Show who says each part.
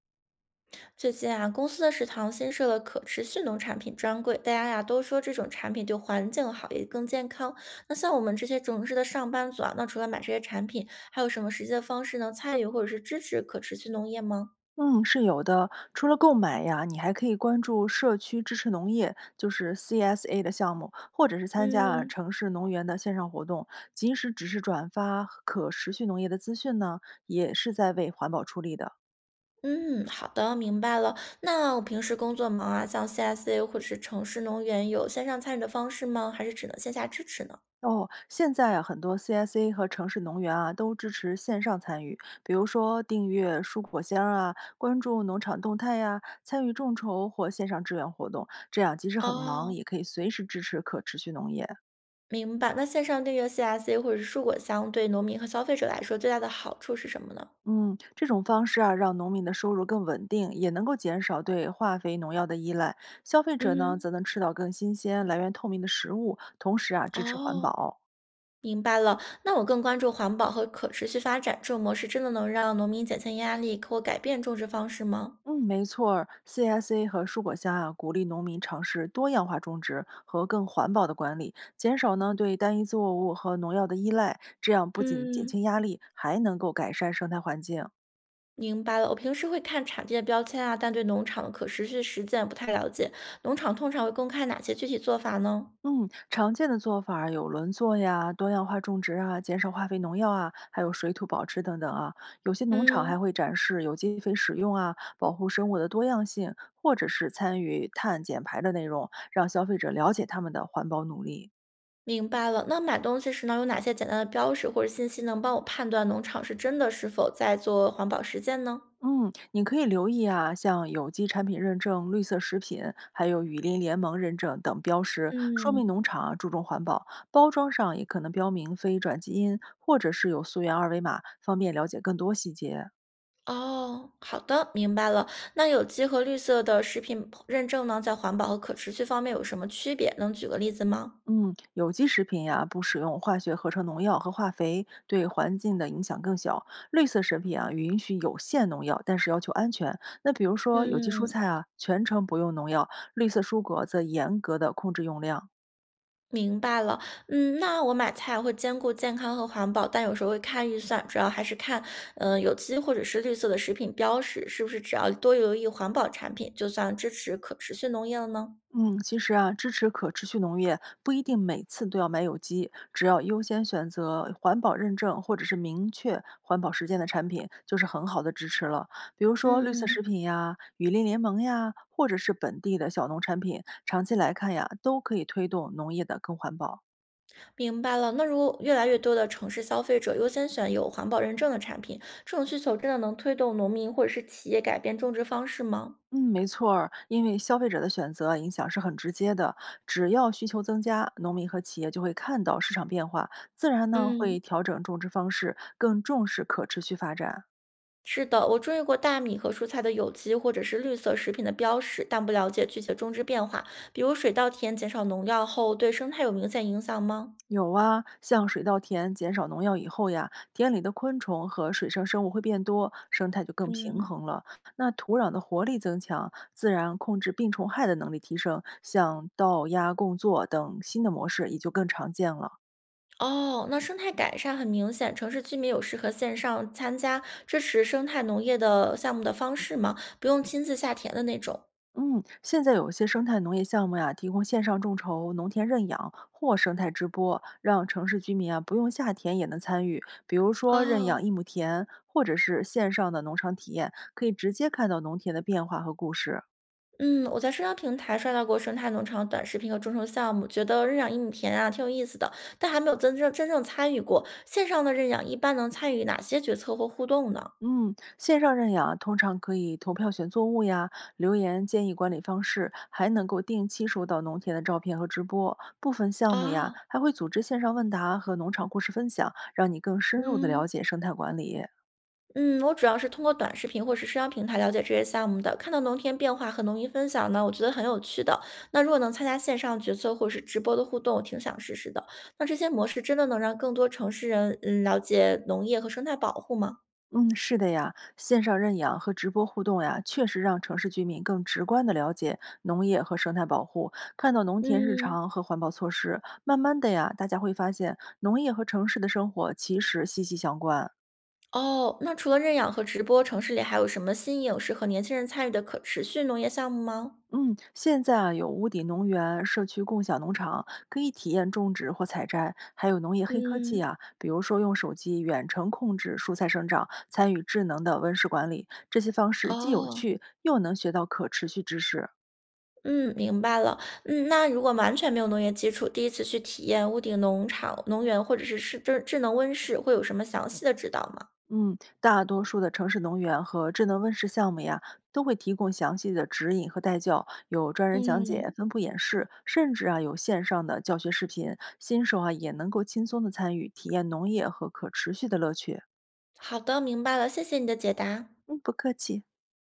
Speaker 1: 最近啊，公司的食堂新设了可持续农产品专柜，大家呀都说这种产品对环境好，也更健康。那像我们这些城市的上班族啊，那除了买这些产品，还有什么实际的方式能参与或者是支持可持续农业吗？
Speaker 2: 嗯，是有的。除了购买呀，你还可以关注社区支持农业，就是 CSA 的项目，或者是参加啊
Speaker 1: 嗯，
Speaker 2: 城市农园的线上活动，即使只是转发可持续农业的资讯呢，也是在为环保出力的。
Speaker 1: 嗯，好的，明白了。那我平时工作忙啊，像 CSA 或者是城市农园，有线上参与的方式吗？还是只能线下支持呢？
Speaker 2: 哦，现在啊，很多 CSA 和城市农园啊都支持线上参与，比如说订阅蔬果箱啊，关注农场动态呀、参与众筹或线上志愿活动，这样即使很忙，
Speaker 1: 哦，
Speaker 2: 也可以随时支持可持续农业。
Speaker 1: 明白。那线上订阅 CSA 或者是蔬果箱，对农民和消费者来说最大的好处是什么呢？
Speaker 2: 嗯，这种方式啊，让农民的收入更稳定，也能够减少对化肥、农药的依赖。消费者呢，
Speaker 1: 嗯。
Speaker 2: 则能吃到更新鲜、来源透明的食物，同时啊，支持环
Speaker 1: 哦，
Speaker 2: 保。
Speaker 1: 明白了。那我更关注环保和可持续发展这种模式，真的能让农民减轻压力或改变种植方式吗？
Speaker 2: 嗯，没错儿，CSA 和蔬果虾啊，鼓励农民尝试多样化种植和更环保的管理，减少呢对单一作物和农药的依赖。这样不仅减
Speaker 1: 嗯，
Speaker 2: 轻压力，还能够改善生态环境。
Speaker 1: 明白了。我平时会看产地的标签啊，但对农场的可持续实践不太了解。农场通常会公开哪些具体做法呢？
Speaker 2: 嗯，常见的做法儿有轮作呀、多样化种植啊、减少化肥、农药啊，还有水土保持等等啊。有些农场还
Speaker 1: 嗯，
Speaker 2: 会展示有机肥使用啊、保护生物的多样性，或者是参与碳减排的内容，让消费者了解他们的环保努力。
Speaker 1: 明白了。那买东西时呢，有哪些简单的标识或者信息能帮我判断农场是真的是否在做环保实践呢？
Speaker 2: 嗯，你可以留意啊，像有机产品认证、绿色食品，还有雨林联盟认证等标识，说明
Speaker 1: 嗯。
Speaker 2: 农场啊注重环保。包装上也可能标明非转基因，或者是有溯源二维码，方便了解更多细节。
Speaker 1: 哦，好的，明白了。那有机和绿色的食品认证呢，在环保和可持续方面有什么区别？能举个例子吗？
Speaker 2: 嗯，有机食品呀，不使用化学合成农药和化肥，对环境的影响更小。绿色食品啊，允许有限农药，但是要求安全。那比如说有机蔬
Speaker 1: 嗯，
Speaker 2: 菜啊，全程不用农药；绿色蔬果则严格的控制用量。
Speaker 1: 明白了。嗯，那我买菜会兼顾健康和环保，但有时候会看预算，主要还是看，嗯、有机或者是绿色的食品标识，是不是只要多留意环保产品，就算支持可持续农业了呢？
Speaker 2: 嗯，其实啊，支持可持续农业不一定每次都要买有机，只要优先选择环保认证或者是明确环保实践的产品，就是很好的支持了。比如说绿色
Speaker 1: 嗯。
Speaker 2: 食品呀、雨林联盟呀，或者是本地的小农产品，长期来看呀，都可以推动农业的更环保。
Speaker 1: 明白了，那如果越来越多的城市消费者优先选有环保认证的产品，这种需求真的能推动农民或者是企业改变种植方式吗？
Speaker 2: 嗯，没错儿，因为消费者的选择啊影响是很直接的，只要需求增加，农民和企业就会看到市场变化，自然呢会
Speaker 1: 嗯，
Speaker 2: 调整种植方式，更重视可持续发展。
Speaker 1: 是的，我注意过大米和蔬菜的有机或者是绿色食品的标识，但不了解具体的种植变化，比如水稻田减少农药后对生态有明显影响吗？
Speaker 2: 有啊，像水稻田减少农药以后呀，田里的昆虫和水生生物会变多，生态就更平
Speaker 1: 嗯，
Speaker 2: 衡了。那土壤的活力增强，自然控制病虫害的能力提升，像稻压共作等新的模式也就更常见了。
Speaker 1: 哦，那生态改善很明显，城市居民有适合线上参加支持生态农业的项目的方式吗？不用亲自下田的那种。
Speaker 2: 嗯，现在有些生态农业项目呀，提供线上众筹、农田认养或生态直播，让城市居民啊不用下田也能参与。比如说认养
Speaker 1: 哦，
Speaker 2: 一亩田，或者是线上的农场体验，可以直接看到农田的变化和故事。
Speaker 1: 嗯，我在社交平台刷到过生态农场短视频和众筹项目，觉得认养一亩田啊挺有意思的，但还没有真正参与过。线上的认养一般能参与哪些决策或互动呢？
Speaker 2: 嗯，线上认养通常可以投票选作物呀，留言建议管理方式，还能够定期收到农田的照片和直播。部分项目呀，
Speaker 1: 哦，
Speaker 2: 还会组织线上问答和农场故事分享，让你更深入的了
Speaker 1: 嗯，
Speaker 2: 解生态管理。
Speaker 1: 嗯，我主要是通过短视频或是社交平台了解这些项目的，看到农田变化和农民分享呢，我觉得很有趣的。那如果能参加线上决策或是直播的互动，我挺想试试的。那这些模式真的能让更多城市人了解农业和生态保护吗？
Speaker 2: 嗯，是的呀，线上认养和直播互动呀，确实让城市居民更直观的了解农业和生态保护，看到农田日
Speaker 1: 嗯，
Speaker 2: 常和环保措施。慢慢的呀，大家会发现农业和城市的生活其实息息相关。
Speaker 1: 哦，那除了认养和直播，城市里还有什么新颖适合年轻人参与的可持续农业项目吗？
Speaker 2: 嗯，现在啊有屋顶农园、社区共享农场，可以体验种植或采摘，还有农业黑科技
Speaker 1: 嗯，
Speaker 2: 啊，比如说用手机远程控制蔬菜生长，参与智能的温室管理。这些方式既有
Speaker 1: 哦，
Speaker 2: 趣，又能学到可持续知识。
Speaker 1: 嗯，明白了。嗯，那如果完全没有农业基础，第一次去体验屋顶农场、农园或者是智能温室，会有什么详细的指导吗？
Speaker 2: 嗯，大多数的城市农园和智能温室项目呀，都会提供详细的指引和带教，有专人讲解、
Speaker 1: 嗯，
Speaker 2: 分布演示，甚至啊有线上的教学视频，新手啊也能够轻松的参与，体验农业和可持续的乐趣。
Speaker 1: 好的，明白了，谢谢你的解答。
Speaker 2: 嗯，不客气。